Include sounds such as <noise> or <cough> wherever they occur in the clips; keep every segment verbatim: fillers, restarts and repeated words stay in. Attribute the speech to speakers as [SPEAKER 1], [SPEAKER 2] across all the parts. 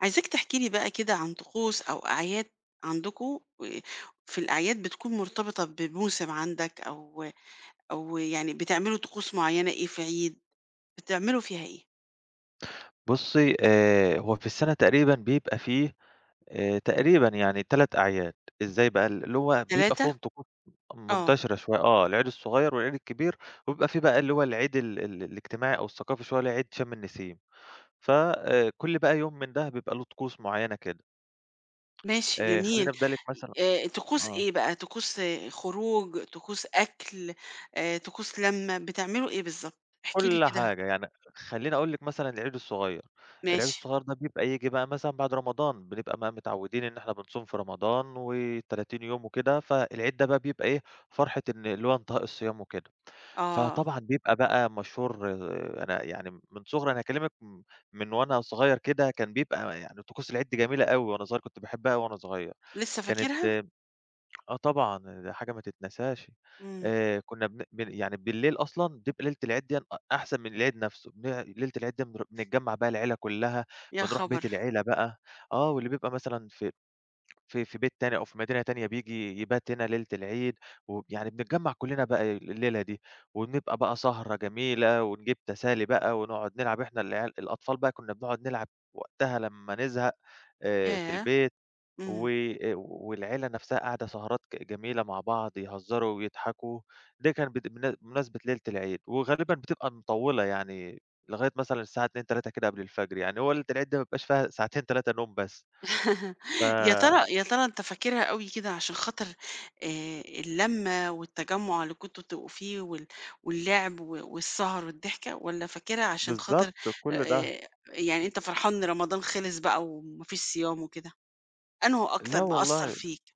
[SPEAKER 1] عايزاك تحكي لي بقى كده عن طقوس أو أعياد عندكم، في الأعياد بتكون مرتبطة بموسم عندك، أو أو يعني بتعملوا طقوس معينة، إيه في عيد بتعملوا فيها إيه؟
[SPEAKER 2] بُصّي، آآ هو في السَنة تقريبًا بيبقى فيه آآ تقريبًا يعني تلات أعياد، إزاي بقى؟ اللي هو بيبقى فيهم
[SPEAKER 1] ثلاثة؟
[SPEAKER 2] طقوس
[SPEAKER 1] آه،
[SPEAKER 2] منتشرة شوية، آه، العيد الصغير والعيد الكبير، وبيبقى فيه بقى اللي هو العيد ال ال الاجتماعي أو الثقافي شوية اللي هو عيد شَم النسيم. ف آآ كل بقى يوم من ده بيبقى له طقوس معيّنة كده.
[SPEAKER 1] ماشي،
[SPEAKER 2] آآ
[SPEAKER 1] جميل.
[SPEAKER 2] خلّيني أبدأ لِك مثلًا.
[SPEAKER 1] آه، طقوس
[SPEAKER 2] آه،
[SPEAKER 1] إيه بقى؟ طقوس آه، خروج، طقوس أكل، آه، طقوس لمة، بتعملوا إيه بالظبط؟ احكي لي
[SPEAKER 2] كل
[SPEAKER 1] كده.
[SPEAKER 2] حاجة، يعني خلّيني أقول لِك مثلًا العيد الصغير، العيد
[SPEAKER 1] ماشي.
[SPEAKER 2] الصغير ده بيبقى ييجي بقى مثلًا بعد رمضان، بنبقى بقى متعوّدين إن إحنا بنصوم في رمضان و30 يوم وكده، فالعيد ده بقى بيبقى إيه، فرحة إن اللي هو انتهاء الصيام وكده،
[SPEAKER 1] آه،
[SPEAKER 2] فطبعًا بيبقى بقى مشهور. آه، أنا يعني من صغري أنا هاكلمِك م من وأنا صغير كده كان بيبقى يعني طقوس العيد دي جميلة أوي وأنا صغير كنت باحبها أوي وأنا صغير،
[SPEAKER 1] لسه
[SPEAKER 2] كانت
[SPEAKER 1] فاكرها؟
[SPEAKER 2] آه طبعًا، ده حاجة ما تتنساش.
[SPEAKER 1] امم.
[SPEAKER 2] آآ كُنّا بن بن يعني بالليل أصلًا بيبقى ليلة العيد ديًا أ أحسن من العيد نَفْسه. بن ليلة العيد دي بنر بنتجمّع بقى العيلة كُلّها،
[SPEAKER 1] يا
[SPEAKER 2] بنروح
[SPEAKER 1] خبر.
[SPEAKER 2] بيت العيلة بقى. آه، واللي بيبقى مثلًا في في في بيت تاني أو في مدينة تانية بييجي يبات هنا ليلة العيد، ويعني بنتجمّع كُلّنا بقى الليلة دي، وبنبقى بقى سهرة جميلة ونجيب تسالي بقى ونقعد نلعب إحنا العيال الأطفال بقى كُنّا بنقعد نلعب وقتها لمّا نزهق آآ في
[SPEAKER 1] ياه.
[SPEAKER 2] البيت. و
[SPEAKER 1] امم.
[SPEAKER 2] آآ والعيلة نفسها قاعدة سهرات ك جميلة مع بعض، يهزروا ويضحكوا، ده كان بت بن بمناسبة ليلة العيد، وغالبًا بتبقى مطوّلة يعني لغاية مثلًا الساعة اتنين، تلاتة كده قبل الفجر، يعني هو ليلة العيد دي ما بيبقاش فيها ساعتين ثلاث نوم بس. ف
[SPEAKER 1] يا ترى يا ترى أنت فاكرها أوي كده عشان خاطر آآ اللمّة والتجمُّع اللي كنتم بتبقوا فيه، وال واللعب و والسهر والضحكة، والّا فاكرها عشان
[SPEAKER 2] بالضبط
[SPEAKER 1] خاطر؟
[SPEAKER 2] كُلّ ده.
[SPEAKER 1] آآ يعني أنت فرحان إن رمضان خلص بقى وما فيش صيام وكده؟ أنهُ
[SPEAKER 2] لا
[SPEAKER 1] أكتر مأثّر
[SPEAKER 2] والله.
[SPEAKER 1] فيك؟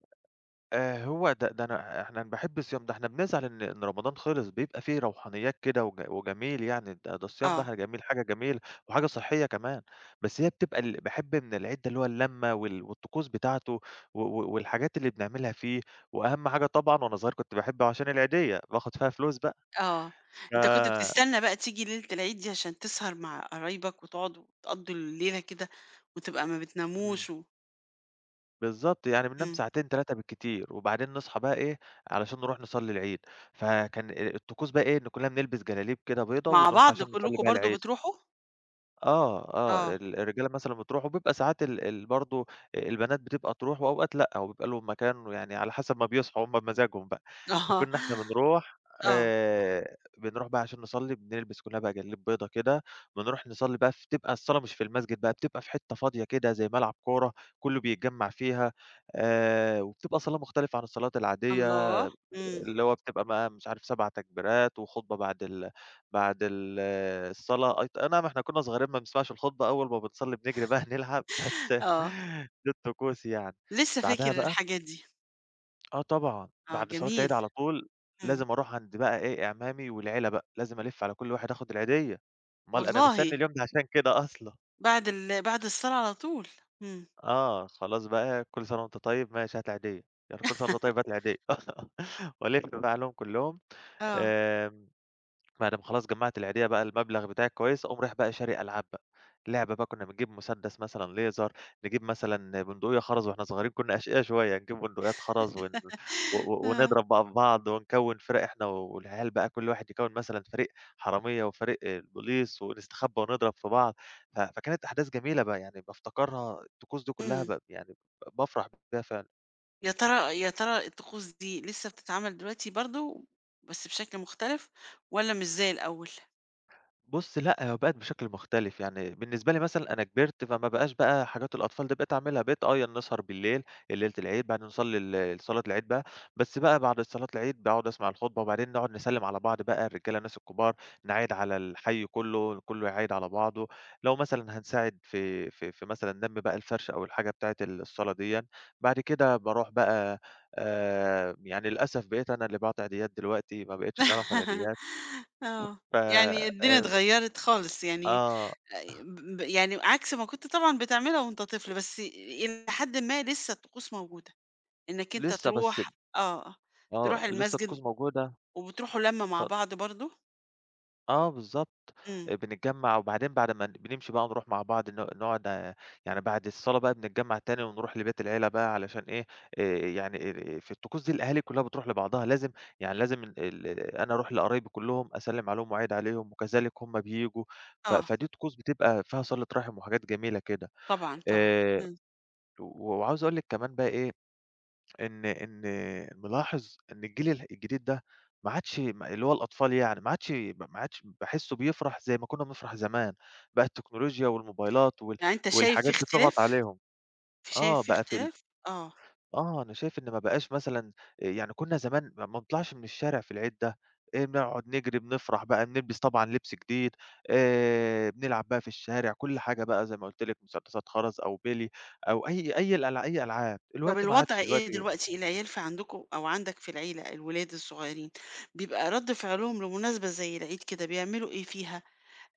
[SPEAKER 2] آآ هو ده ده أنا إحنا باحب الصيام ده، إحنا بنزعل إن إن رمضان خلص، بيبقى فيه روحانيات كده وج وجميل يعني، ده ده الصيام ده ح
[SPEAKER 1] آه،
[SPEAKER 2] جميل، حاجة جميلة وحاجة صحية كمان، بس هي بتبقى ال باحب من العيد ده اللي هو اللمة وال والطقوس بتاعته و و والحاجات اللي بنعملها فيه، وأهم حاجة طبعًا وأنا صغير كنت باحب عشان العيدية، باخد فيها فلوس بقى.
[SPEAKER 1] آه.
[SPEAKER 2] ف
[SPEAKER 1] أنت كنت بتستنى بقى تيجي ليلة العيد دي عشان تسهر مع قرايبك وتقعدوا وتقضّوا الليلة كده وتبقى ما
[SPEAKER 2] إمم،
[SPEAKER 1] بتناموش و…
[SPEAKER 2] بالضبط، يعني بننام
[SPEAKER 1] إمم.
[SPEAKER 2] ساعتين تلاتة بالكتير وبعدين نصحى بقى إيه، علشان نروح نصلي العيد، فكان آآ الطقوس بقى إيه، إن كلنا بنلبس جلاليب كده بيضا
[SPEAKER 1] مع
[SPEAKER 2] ونروح
[SPEAKER 1] بعض
[SPEAKER 2] عشان نصلي
[SPEAKER 1] كلّكم
[SPEAKER 2] بيها
[SPEAKER 1] برضه
[SPEAKER 2] العيد.
[SPEAKER 1] بتروحوا؟
[SPEAKER 2] آه، آه،
[SPEAKER 1] آه.
[SPEAKER 2] ال الرجالة مثلًا بتروح وبيبقى ساعات ال ال برضه البنات بتبقى تروح وأوقات لأ، وبيبقى لهم مكان يعني على حسب ما بيصحوا هم بمزاجهم بقى،
[SPEAKER 1] <laughs> آه.
[SPEAKER 2] فكنا إحنا بنروح،
[SPEAKER 1] آه.
[SPEAKER 2] آآ، بنروح بقى عشان نصلّي بنلبس كلّنا بقى جلاليب بيضا كده، بنروح نصلّي بقى في بتبقى الصلاة مش في المسجد بقى، بتبقى في حتّة فاضية كده زي ملعب كورة كلّه بيتجمّع فيها، آآ، وبتبقى صلاة مختلفة عن الصلاة العادية
[SPEAKER 1] الله! إمم.
[SPEAKER 2] اللي هو بتبقى بقى مش عارف سبع تكبيرات وخطبة بعد ال بعد ال الصلاة. أيط أي نعم إحنا كُنّا صغيرين ما بنسمعش الخطبة، أول ما بنصلّي بنجري بقى نلعب بس.
[SPEAKER 1] آه.
[SPEAKER 2] <laughs> دي الطقوس يعني.
[SPEAKER 1] لسه
[SPEAKER 2] بعدها
[SPEAKER 1] فاكر
[SPEAKER 2] بقى،
[SPEAKER 1] الحاجات دي.
[SPEAKER 2] آه طبعًا،
[SPEAKER 1] آه،
[SPEAKER 2] بعد صلاة
[SPEAKER 1] جميل.
[SPEAKER 2] العيد على طول
[SPEAKER 1] إمم.
[SPEAKER 2] لازم أروح عند بقى إيه، إعمامي والعيلة بقى، لازم ألِف على كل واحد آخُد العيدية، أُمّال أنا مستنّي
[SPEAKER 1] والله.
[SPEAKER 2] اليوم ده عشان كده أصلًا.
[SPEAKER 1] بعد ال بعد الصلاة على طول. إمم.
[SPEAKER 2] آه، خلاص بقى كل سَنة وأنت طيب، ماشي هات العيدية، يعني كل سَنة وأنت طيب
[SPEAKER 1] <laughs>
[SPEAKER 2] هات العيدية <laughs> وألِف بقى عليهم كُلّهم.
[SPEAKER 1] آه.
[SPEAKER 2] آمم بعد ما خلاص جمّعت العيدية بقى المبلغ بتاعي كويس، أقوم رايح بقى شاري ألعاب بقى، لعبة بقى كنا بنجيب مسدس مثلًا ليزر، نجيب مثلًا بندقية خرز وإحنا صغيرين كنا أشقيا شوية، نجيب بندقيات خرز ون و و
[SPEAKER 1] آه.
[SPEAKER 2] ونضرب بقى في بعض ونكوّن فِرَق إحنا والعيال بقى كل واحد يكوّن مثلًا فريق حرامية وفريق البوليس ونستخبى ونضرب في بعض، ف فكانت أحداث جميلة بقى يعني بافتكرها الطقوس دي كلّها
[SPEAKER 1] إمم.
[SPEAKER 2] ب يعني ب بافرح بيها فعلًا.
[SPEAKER 1] يا ترى يا ترى الطقوس دي لسه بتتعمل دلوقتي برضه، بس بشكل مختلف، والّا مش زي الأول؟
[SPEAKER 2] بُص لأ، هي بقت بشكل مختلف، يعني بالنسبة لي مثلًا أنا كبرت فما بقاش بقى حاجات الأطفال دي بقيت أعملها، بقيت آه، ي نسهر بالليل ليلة العيد بعدين نصلّي ال صلاة العيد بقى، بس بقى بعد صلاة العيد باقعد أسمع الخطبة وبعدين نقعد نسلّم على بعض بقى الرجالة الناس الكبار، نعايد على الحي كُلّه، كُلّه يعايد على بعضه، لو مثلًا هنساعد في في في مثلًا لَم بقى الفرش أو الحاجة بتاعة ال الصلاة ديًا، بعد كده باروح بقى. آآ، يعني للأسف بقيت أنا اللي باعطي عيديات دلوقتي، ما بقيتش إن أنا آخد عيديات.
[SPEAKER 1] <laughs> آه،
[SPEAKER 2] ف
[SPEAKER 1] يعني الدنيا
[SPEAKER 2] آآ،
[SPEAKER 1] اتغيّرت خالص يعني.
[SPEAKER 2] آه،
[SPEAKER 1] آآ ب يعني عكس ما كنت طبعًا بتعملها وأنت طفل، بس إلى حدٍ ما لسه الطقوس موجودة. إنك أنت
[SPEAKER 2] لسه بس،
[SPEAKER 1] تروح. آه،
[SPEAKER 2] آه،
[SPEAKER 1] تروح
[SPEAKER 2] لسه
[SPEAKER 1] المسجد،
[SPEAKER 2] طقوس موجودة.
[SPEAKER 1] وبتروحوا لمّة
[SPEAKER 2] ف
[SPEAKER 1] مع بعض برضه؟
[SPEAKER 2] آه بالضبط،
[SPEAKER 1] إمم.
[SPEAKER 2] آآ بنتجمّع وبعدين بعد ما بنمشي بقى نروح مع بعض ن نقعد، آآ يعني بعد الصلاة بقى بنتجمّع تاني ونروح لبيت العيلة بقى علشان إيه، آآ يعني ال في الطقوس دي الأهالي كلّها بتروح لبعضها، لازم يعني لازم ال ال أنا أروح لقرايبي كلّهم أسلِّم عليهم وأعيد عليهم وكذلك هم بييجوا، ف
[SPEAKER 1] آه.
[SPEAKER 2] فدي طقوس بتبقى فيها صِلة رحم وحاجات جميلة كده.
[SPEAKER 1] طبعًا، طبعًا.
[SPEAKER 2] آآ
[SPEAKER 1] إمم.
[SPEAKER 2] و وعاوز أقول لِك كمان بقى إيه إن إن ملاحظ إن الجيل ال الجديد ده ما عادش، م اللي هو الأطفال يعني ما عادش، ب ما عادش باحسّه بيفرح زي ما كُنّا بنفرح زمان، بقى التكنولوجيا والموبايلات وال
[SPEAKER 1] يعني أنت شايف في
[SPEAKER 2] والحاجات دي طغت
[SPEAKER 1] اختلاف؟
[SPEAKER 2] عليهم.
[SPEAKER 1] في شايف
[SPEAKER 2] آه،
[SPEAKER 1] في
[SPEAKER 2] بقى في ال
[SPEAKER 1] اختلاف؟ آه.
[SPEAKER 2] آه، أنا شايف إن ما بقاش مثلًا، آآ يعني كُنّا زمان ما ما نطلعش من الشارع في العيد ده، آآ بنقعد نجري، بنفرح بقى، بنلبس طبعًا لبس جديد، آآ بنلعب بقى في الشارع، كل حاجة بقى زي ما قُلت لِك مسدسات خرز أو بيلي أو أي أي الألع أي ألعاب،
[SPEAKER 1] طب
[SPEAKER 2] دلوقتي ما
[SPEAKER 1] الوضع
[SPEAKER 2] عادش،
[SPEAKER 1] إيه
[SPEAKER 2] دلوقتي
[SPEAKER 1] دلوقتي؟ إيه العيال في عندكم أو عندك في العيلة، الولاد الصغيرين، بيبقى رَد فعلهم لمناسبة زي العيد كده، بيعملوا إيه فيها؟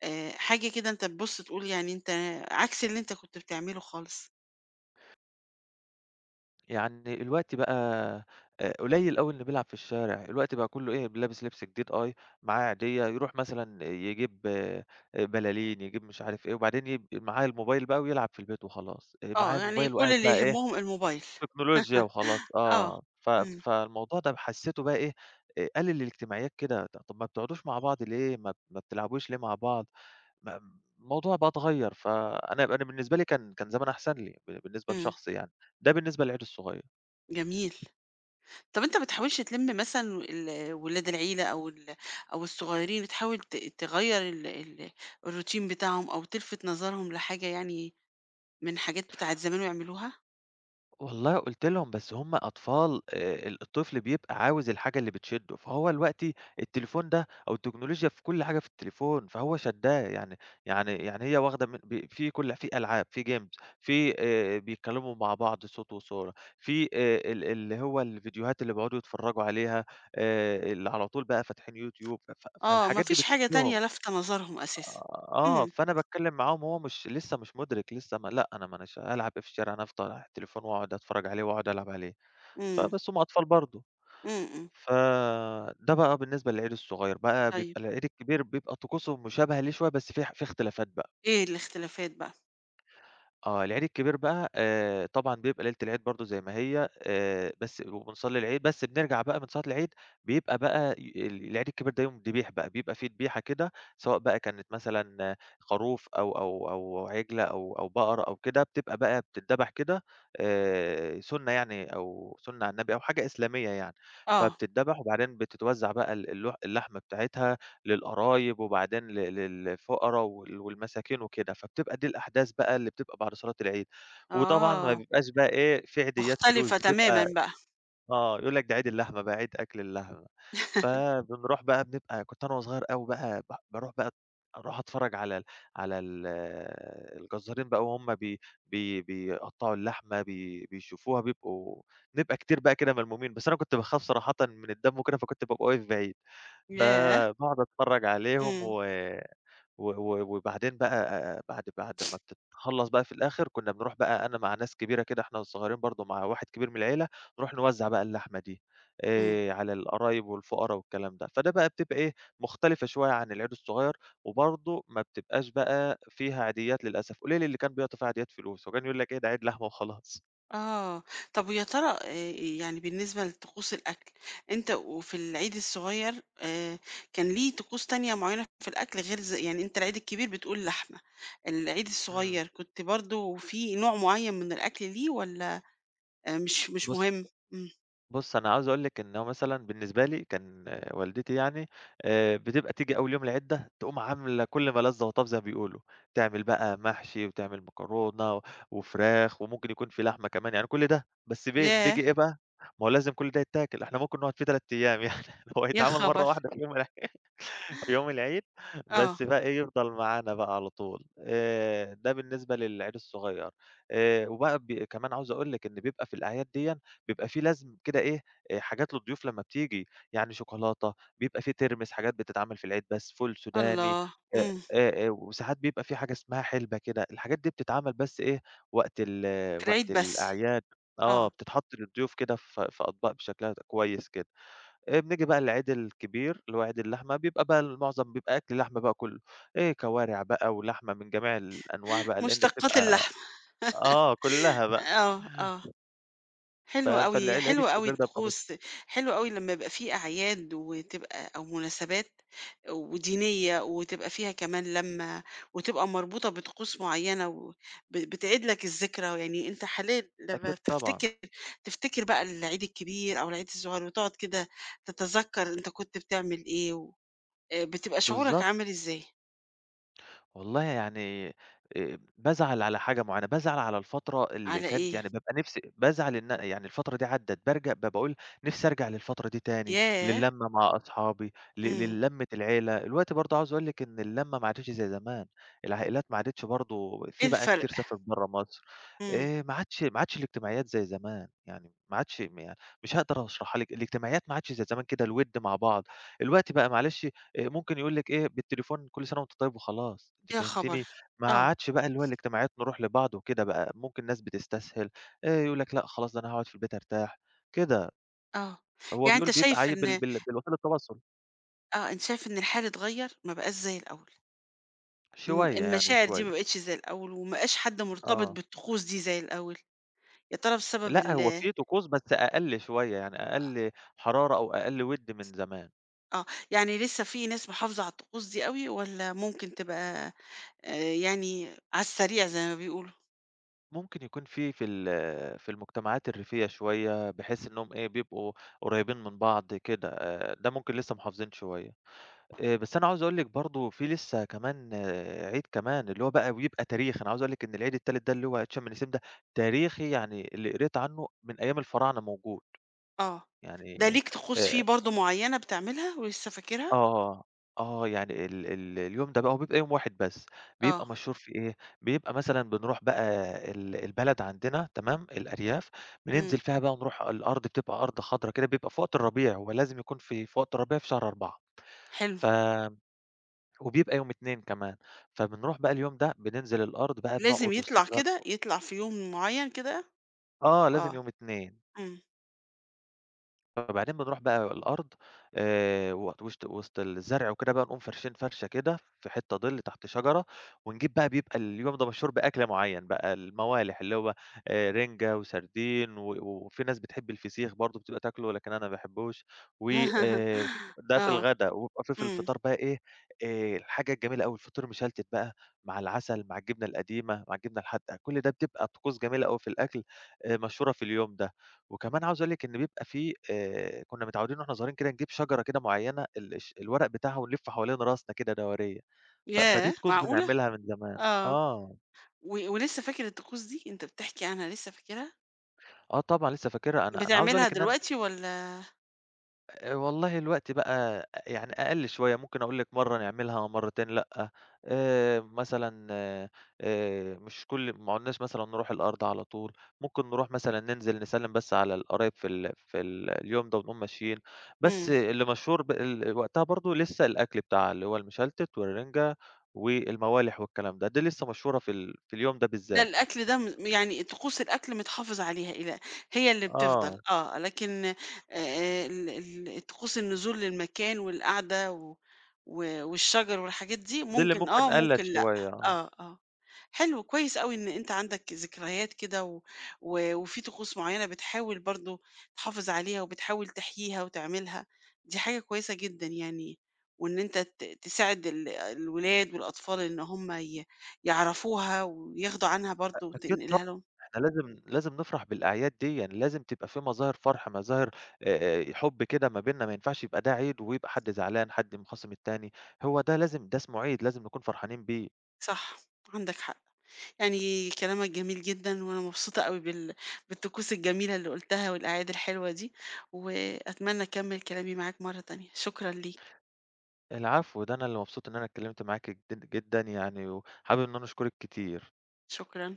[SPEAKER 1] آآ، حاجة كده أنت تبُص تقول يعني أنت عكس اللي أنت كنت بتعمله خالص.
[SPEAKER 2] يعني الوقت بقى آآ قليّل أوي اللي بيلعب في الشارع، الوقت بقى كُلّه إيه، لابس لبس جديد، آه، معاه عيدية، يروح مثلًا يجيب آآ بلالين، يجيب مش عارف إيه، وبعدين يب معاه الموبايل بقى ويلعب في البيت وخلاص، آآ
[SPEAKER 1] آه،
[SPEAKER 2] معاه
[SPEAKER 1] يعني
[SPEAKER 2] الموبايل
[SPEAKER 1] كل
[SPEAKER 2] وقاعد
[SPEAKER 1] اللي
[SPEAKER 2] بقى إيه،
[SPEAKER 1] يهمهم الموبايل.
[SPEAKER 2] تكنولوجيا وخلاص.
[SPEAKER 1] <laughs> آه.
[SPEAKER 2] آه، ف
[SPEAKER 1] إمم.
[SPEAKER 2] فالموضوع ده حسّيته بقى إيه، آآ قلل الاجتماعيات كده، ط طَب ما بتقعدوش مع بعض ليه، ما ما بتلعبوش ليه مع بعض، ما الموضوع بقى اتغيّر، فأنا أنا بالنسبة لي كان كان زمان أحسن لي، ب بالنسبة
[SPEAKER 1] إمم.
[SPEAKER 2] لشخصي يعني، ده بالنسبة للعيد الصغير.
[SPEAKER 1] جميل. طب أنت ما بتحاولش تلِم مثلًا ال ولاد العيلة، أو ال أو الصغيّرين، بتحاول ت تغيّر ال ال الروتين بتاعهم، أو تلفت نظرهم لحاجة يعني من حاجات بتاعة زمان ويعملوها؟
[SPEAKER 2] والله قُلت لهم بس هُم أطفال، آآ ال الطفل بيبقى عاوز الحاجة اللي بتشدّه، فهو دلوقتي التليفون ده أو التكنولوجيا في كل حاجة في التليفون، فهو شدّاه يعني يعني يعني هي واخدة من ب في كل، في ألعاب، في games، في آآ بيتكلموا مع بعض صوت وصورة، في آآ ال اللي هو الفيديوهات اللي بيقعدوا يتفرّجوا عليها، آآ اللي على طول بقى فاتحين يوتيوب، ف
[SPEAKER 1] آه، ما
[SPEAKER 2] فالحاجات دي
[SPEAKER 1] فيش حاجة تانية
[SPEAKER 2] بتشدّهم.
[SPEAKER 1] لافتة نظرهم أساسًا.
[SPEAKER 2] آه،
[SPEAKER 1] إمم.
[SPEAKER 2] فأنا باتكلّم معاهم وهو مش لسه، مش مُدرِك لسه، ما لأ، أنا ما أناش هالعب إيه في الشارع، أنا هافضل على التليفون وأقعد أتفرّج عليه وأقعد ألعب عليه،
[SPEAKER 1] إمم.
[SPEAKER 2] فبس هُم أطفال برضه.
[SPEAKER 1] إمم. إمم.
[SPEAKER 2] فده بقى بالنسبة للعيل الصغير، بقى
[SPEAKER 1] طيب،
[SPEAKER 2] بيبقى العيل الكبير بيبقى طقوسه مشابهة ليه شوية بس في ح في اختلافات بقى.
[SPEAKER 1] إيه الاختلافات بقى؟
[SPEAKER 2] آه، العيد الكبير بقى، آآ، طبعًا بيبقى ليلة العيد برضه زي ما هي، آآ، بس وبنصلّي العيد، بس بنرجع بقى من صلاة العيد بيبقى بقى ي ال العيد الكبير ده يوم ذبيح بقى، بيبقى في ذبيحة كده سواء بقى كانت مثلًا، آه، خروف أو أو أو عِجلة أو أو بقرة أو كده، بتبقى بقى بتتذبح كده، آآ، سُنّة يعني أو سُنّة على النبي أو حاجة إسلامية يعني،
[SPEAKER 1] آه.
[SPEAKER 2] فبتتذبح وبعدين بتتوزّع بقى ال اللح اللحمة بتاعتها للقرايب وبعدين ل للفقرا وال والمساكين وكده، فبتبقى دي الأحداث بقى اللي بتبقى بعد صلاة العيد، وطبعًا ما
[SPEAKER 1] آه،
[SPEAKER 2] بيبقاش بقى إيه في عيديات فلوس
[SPEAKER 1] مختلفة تمامًا
[SPEAKER 2] بتبقى.
[SPEAKER 1] بقى.
[SPEAKER 2] آه، يقول لك ده عيد اللحمة بقى، عيد أكل اللحمة.
[SPEAKER 1] <laughs>
[SPEAKER 2] فبنروح بقى بنبقى كنت أنا وصغير أوي بقى ب باروح بقى أروح أتفرّج على ال على ال الجزارين بقى وهُم، بي بي بيقطّعوا اللحمة، بي بيشوفوها، بيبقوا بنبقى كتير بقى كده ملمومين، بس أنا كنت باخاف صراحةً من الدَم وكده، فكنت بابقى واقف بعيد.
[SPEAKER 1] ياه!
[SPEAKER 2] فباقعد أتفرّج عليهم
[SPEAKER 1] إمم.
[SPEAKER 2] و و و وبعدين بقى، آآ بعد بعد ما بتتخلّص بقى في الآخر، كُنّا بنروح بقى أنا مع ناس كبيرة كده، إحنا والصغيرين برضه مع واحد كبير من العيلة، نروح نوزّع بقى اللحمة دي
[SPEAKER 1] إمم.
[SPEAKER 2] آآ، على القرايب والفقرا والكلام ده، فده بقى بتبقى إيه، مختلفة شوية عن العيد الصغير، وبرضه ما بتبقاش بقى فيها عيديات للأسف، قليل اللي كان بيعطي فيها عيديات فلوس، وكان يقول لك إيه ده عيد لحمة وخلاص.
[SPEAKER 1] آه. طب ويا ترى آآ يعني بالنسبة لطقوس الأكل، أنت وفي العيد الصغير، آآ كان ليه طقوس تانية معيّنة في الأكل، غير ز يعني أنت العيد الكبير بتقول لحمة، العيد
[SPEAKER 2] إمم.
[SPEAKER 1] الصغير كنت برضه في نوع معيّن من الأكل ليه، والّا آآ مش مش مهم؟ إمم.
[SPEAKER 2] بُص، أنا عاوز أقول لِك إن هو مثلًا بالنسبة لي كان، آه، والدتي يعني آآ، بتبقى تيجي أول يوم العِدّة تقوم عاملة كل ما لَذ وطاب زي ما بيقولوا، تعمل بقى محشي وتعمل مكرونة و- وفراخ وممكن يكون في لحمة كمان، يعني كل ده بس بي
[SPEAKER 1] ياه!
[SPEAKER 2] بييجي إيه بقى، ما هو لازم كل ده يتاكل، إحنا ممكن نقعد فيه ثلاثة أيام يعني <laughs> هو
[SPEAKER 1] يا
[SPEAKER 2] هيتعمل مرة
[SPEAKER 1] خبر!
[SPEAKER 2] واحدة في يوم، في يوم العيد،
[SPEAKER 1] آه.
[SPEAKER 2] بس بقى إيه، يفضل معانا بقى على طول. آآ ده بالنسبة للعيد الصغير. آآ وبقى ب كمان عاوز أقول لِك إن بيبقى في الأعياد ديًا، بيبقى في لازم كده إيه، آآ حاجات للضيوف لمّا بتيجي، يعني شوكولاتة، بيبقى في ترمس حاجات بتتعمل في العيد بس، فول سوداني،
[SPEAKER 1] الله!
[SPEAKER 2] آآ
[SPEAKER 1] إمم.
[SPEAKER 2] آآ وساعات بيبقى في حاجة اسمها حلبة كده، الحاجات دي بتتعمل بس إيه، وقت ال
[SPEAKER 1] في
[SPEAKER 2] وقت
[SPEAKER 1] العيد بس.
[SPEAKER 2] الأعياد. آه،
[SPEAKER 1] آه،
[SPEAKER 2] بتتحط للضيوف كده في في أطباق بشكلها كويس كده. آآ بنيجي بقى للعيد الكبير، اللي هو عيد اللحمة، بيبقى بقى المعظم بيبقى أكل لحمة بقى كُلّه، إيه كوارع بقى ولحمة من جميع الأنواع بقى، لإن
[SPEAKER 1] مشتقات
[SPEAKER 2] بتبقى
[SPEAKER 1] اللحمة.
[SPEAKER 2] آه كُلّها بقى،
[SPEAKER 1] آه، آه.
[SPEAKER 2] ف
[SPEAKER 1] حلو أوي،
[SPEAKER 2] فالع العيد
[SPEAKER 1] حلو أوي
[SPEAKER 2] الكبير ده بيبقى مش.
[SPEAKER 1] الطقوس. حلو أوي لمّا يبقى في أعياد، وتبقى أو مناسبات ودينية، وتبقى فيها كمان لمّة، وتبقى مربوطة بطقوس معيّنة، و ب بتعيد لك الذكرى. يعني أنت حاليًا لمّا
[SPEAKER 2] أكيد طبعًا،
[SPEAKER 1] بتفتكر تفتكر بقى العيد الكبير أو العيد الصغير، وتقعد كده تتذكّر أنت كنت بتعمل إيه، و آآ بتبقى شعورك
[SPEAKER 2] بالضبط.
[SPEAKER 1] عامل إزاي؟
[SPEAKER 2] والله يعني آآ بازعل على حاجة معيّنة، بازعل على الفترة اللي
[SPEAKER 1] على
[SPEAKER 2] كانت،
[SPEAKER 1] إيه؟
[SPEAKER 2] يعني بابقى نفسي، بازعل إن يعني الفترة دي عدّت، بارجع بابقى أقول نفسي أرجع للفترة دي تاني،
[SPEAKER 1] ياه!
[SPEAKER 2] للمّة مع أصحابي، ل
[SPEAKER 1] إمم.
[SPEAKER 2] للمّة العيلة. الوقتي برضه عاوز أقول لِك إن اللمّة ما عادتش زي زمان، العائلات ما عادتش برضه،
[SPEAKER 1] إيه
[SPEAKER 2] في بقى
[SPEAKER 1] الفرق؟
[SPEAKER 2] كتير سافرت برّه مصر.
[SPEAKER 1] إمم.
[SPEAKER 2] آآ ما عادش ما عادش الاجتماعيات زي زمان، يعني ما عادش، م يعني مش هاقدر أشرحها لِك، الاجتماعيات ما عادش زي زمان كده الوِد مع بعض. الوقتي بقى معلش، آآ ممكن يقول لِك إيه بالتليفون كل سنة وأنت طيب وخلاص. أنتِ
[SPEAKER 1] يا خبر!
[SPEAKER 2] فهمتيني؟ ما
[SPEAKER 1] آه.
[SPEAKER 2] عادش بقى اللي هو الاجتماعيات نروح لبعض وكده بقى، ممكن ناس بتستسهل، آآ يقول لك لأ خلاص ده أنا هاقعد في البيت أرتاح، كده.
[SPEAKER 1] آه.
[SPEAKER 2] هو
[SPEAKER 1] يعني
[SPEAKER 2] بيقول
[SPEAKER 1] أنت
[SPEAKER 2] بيبقى
[SPEAKER 1] شايف
[SPEAKER 2] عايل بال
[SPEAKER 1] إن
[SPEAKER 2] بال بالوسائل التواصل،
[SPEAKER 1] آه، أنت شايف إن الحال اتغيّر، ما بقاش زي الأول، الم
[SPEAKER 2] شوية يعني
[SPEAKER 1] المشاعر دي
[SPEAKER 2] شوية.
[SPEAKER 1] ما بقتش زي الأول، وما بقاش حد مرتبط
[SPEAKER 2] آه.
[SPEAKER 1] بالطقوس دي زي الأول. يا ترى بسبب
[SPEAKER 2] لأ هو
[SPEAKER 1] ال…
[SPEAKER 2] في طقوس بس أقل شوية، يعني أقل حرارة أو أقل وِد من زمان.
[SPEAKER 1] آه، يعني لسه في ناس محافظة على الطقوس دي أوي، والّا ممكن تبقى، آآ، يعني، على السريع زي ما بيقولوا؟
[SPEAKER 2] ممكن يكون في في ال في المجتمعات الريفية شوية، بحيث إنهم إيه بيبقوا قريبين من بعض كده، آآ ده ممكن لسه محافظين شوية. آآ، بس أنا عاوز أقول لِك برضه في لسه كمان آه، عيد كمان، اللي هو بقى ويبقى تاريخي. أنا عاوز أقول لِك إن العيد التالت ده اللي هو عيد شم النسيم ده تاريخي، يعني اللي قريت عنه من أيام الفراعنة موجود،
[SPEAKER 1] آه، ده
[SPEAKER 2] يعني
[SPEAKER 1] ليك طقوس
[SPEAKER 2] آآ،
[SPEAKER 1] فيه برضه معيّنة بتعملها ولسه فاكرها؟
[SPEAKER 2] آه، آه، يعني ال ال اليوم ده بقى هو بيبقى يوم واحد بس، بيبقى
[SPEAKER 1] آه.
[SPEAKER 2] مشهور في إيه، بيبقى مثلًا بنروح بقى ال البلد عندنا تمام، الأرياف، بننزل
[SPEAKER 1] إمم.
[SPEAKER 2] فيها بقى ونروح الأرض بتبقى أرض خضرا كده، بيبقى في وقت الربيع، هو لازم يكون في في وقت الربيع في شهر أربعة.
[SPEAKER 1] حلو.
[SPEAKER 2] ف وبيبقى يوم اتنين كمان. فبنروح بقى اليوم ده بننزل الأرض بقى
[SPEAKER 1] لازم
[SPEAKER 2] بنقعد وسط
[SPEAKER 1] يطلع
[SPEAKER 2] الأرض.
[SPEAKER 1] كده، يطلع في يوم معيّن كده؟
[SPEAKER 2] آه
[SPEAKER 1] آه.
[SPEAKER 2] لازم يوم اتنين.
[SPEAKER 1] إمم.
[SPEAKER 2] فبعدين بنروح بقى الأرض، آآ وت وشت وسط الزرع وكده بقى نقوم فارشين فرشة كده في حتة ظِل تحت شجرة، ونجيب بقى، بيبقى اليوم ده مشهور بأكل معين بقى، الموالح اللي هو آآ رِنجة وسردين، و وفي ناس بتحب الفسيخ برضه بتبقى تاكله لكن أنا ما باحبوش. و آآ
[SPEAKER 1] <laughs>
[SPEAKER 2] ده في
[SPEAKER 1] آه.
[SPEAKER 2] الغدا، ويبقى في في
[SPEAKER 1] إمم.
[SPEAKER 2] الفطار بقى إيه، آآ الحاجة الجميلة أوي الفطير مشلتت بقى مع العسل، مع الجبنة القديمة، مع الجبنة الحادقة، كل ده بتبقى طقوس جميلة أوي في الأكل، آآ مشهورة في اليوم ده. وكمان عاوز أقول لِك إن بيبقى في، آآ كُنّا متعودين وإحنا صغيرين كده نجيب شجرة كده معيّنة ال الش الورق بتاعها ونلِفّه حوالين راسنا كده دوريّة. ف فدي
[SPEAKER 1] ياه!
[SPEAKER 2] طقوس
[SPEAKER 1] معقولة!
[SPEAKER 2] بنعملها من زمان.
[SPEAKER 1] آه.
[SPEAKER 2] آه.
[SPEAKER 1] و ولسه فاكر الطقوس دي؟ أنت بتحكي عنها لسه فاكرها؟
[SPEAKER 2] آه طبعًا لسه فاكرها. أنا أنا عاوز أقول
[SPEAKER 1] بتعملها
[SPEAKER 2] لِك إن أنا،
[SPEAKER 1] دلوقتي، والّا…
[SPEAKER 2] آآ والله الوقت بقى يعني أقل شوية، ممكن أقول لِك مرّة نعملها، مرّتين لأ. آآ مثلًا آآ مش كل ما عُدناش مثلًا نروح الأرض على طول، ممكن نروح مثلًا ننزل نسلِّم بس على القرايب في ال في ال اليوم ده ونقوم ماشيين. بس
[SPEAKER 1] إمم.
[SPEAKER 2] اللي مشهور ب ال وقتها برضه لسه الأكل بتاعها، اللي هو المشلتت والرنجة والموالح والكلام ده، دي لسه مشهورة في ال في اليوم ده
[SPEAKER 1] ده
[SPEAKER 2] بالذات.
[SPEAKER 1] الأكل ده م يعني طقوس الأكل متحافظ عليها، إلى… هي اللي بتفضل
[SPEAKER 2] آه.
[SPEAKER 1] آه، لكن آآ ال ال طقوس النزول للمكان والقعدة و و والشجر والحاجات دي
[SPEAKER 2] دي اللي
[SPEAKER 1] ممكن
[SPEAKER 2] ممكن
[SPEAKER 1] آه، ممكن
[SPEAKER 2] قَلّت
[SPEAKER 1] لأ.
[SPEAKER 2] شوية آه.
[SPEAKER 1] آه، آه. حلو كويس أوي إن أنت عندك ذكريات كده، و و وفي طقوس معيّنة بتحاول برضه تحافظ عليها، وبتحاول تحييها وتعملها، دي حاجة كويسة جدًا يعني. وإن أنت ت تساعد ال الولاد والأطفال إن هم ي يعرفوها وياخدوا عنها برضه،
[SPEAKER 2] أكيد
[SPEAKER 1] وتنقلها
[SPEAKER 2] إحنا
[SPEAKER 1] لهم.
[SPEAKER 2] لازم لازم نفرح بالأعياد ديًّا، لازم تبقى في مظاهر فرح، مظاهر آآ، آآ، حب كده ما بيننا، ما ينفعش يبقى ده عيد ويبقى حد زعلان، حد مخاصم التاني. هو ده لازم، ده اسمه عيد، لازم نكون فرحانين بيه.
[SPEAKER 1] صح، عندك حق. يعني كلامك جميل جدًا، وأنا مبسوطة أوي بال، بالطقوس الجميلة اللي قُلتها والقعاد الحلوة دي، وأتمنى أكمّل كلامي معاك مرّة تانية. شكرًا ليك.
[SPEAKER 2] العفو، ده أنا اللي مبسوط إن أنا اتكلمت معاكِ جدًا جدًا يعني، وحابب إن أنا أشكرِك كتير.
[SPEAKER 1] شكرًا.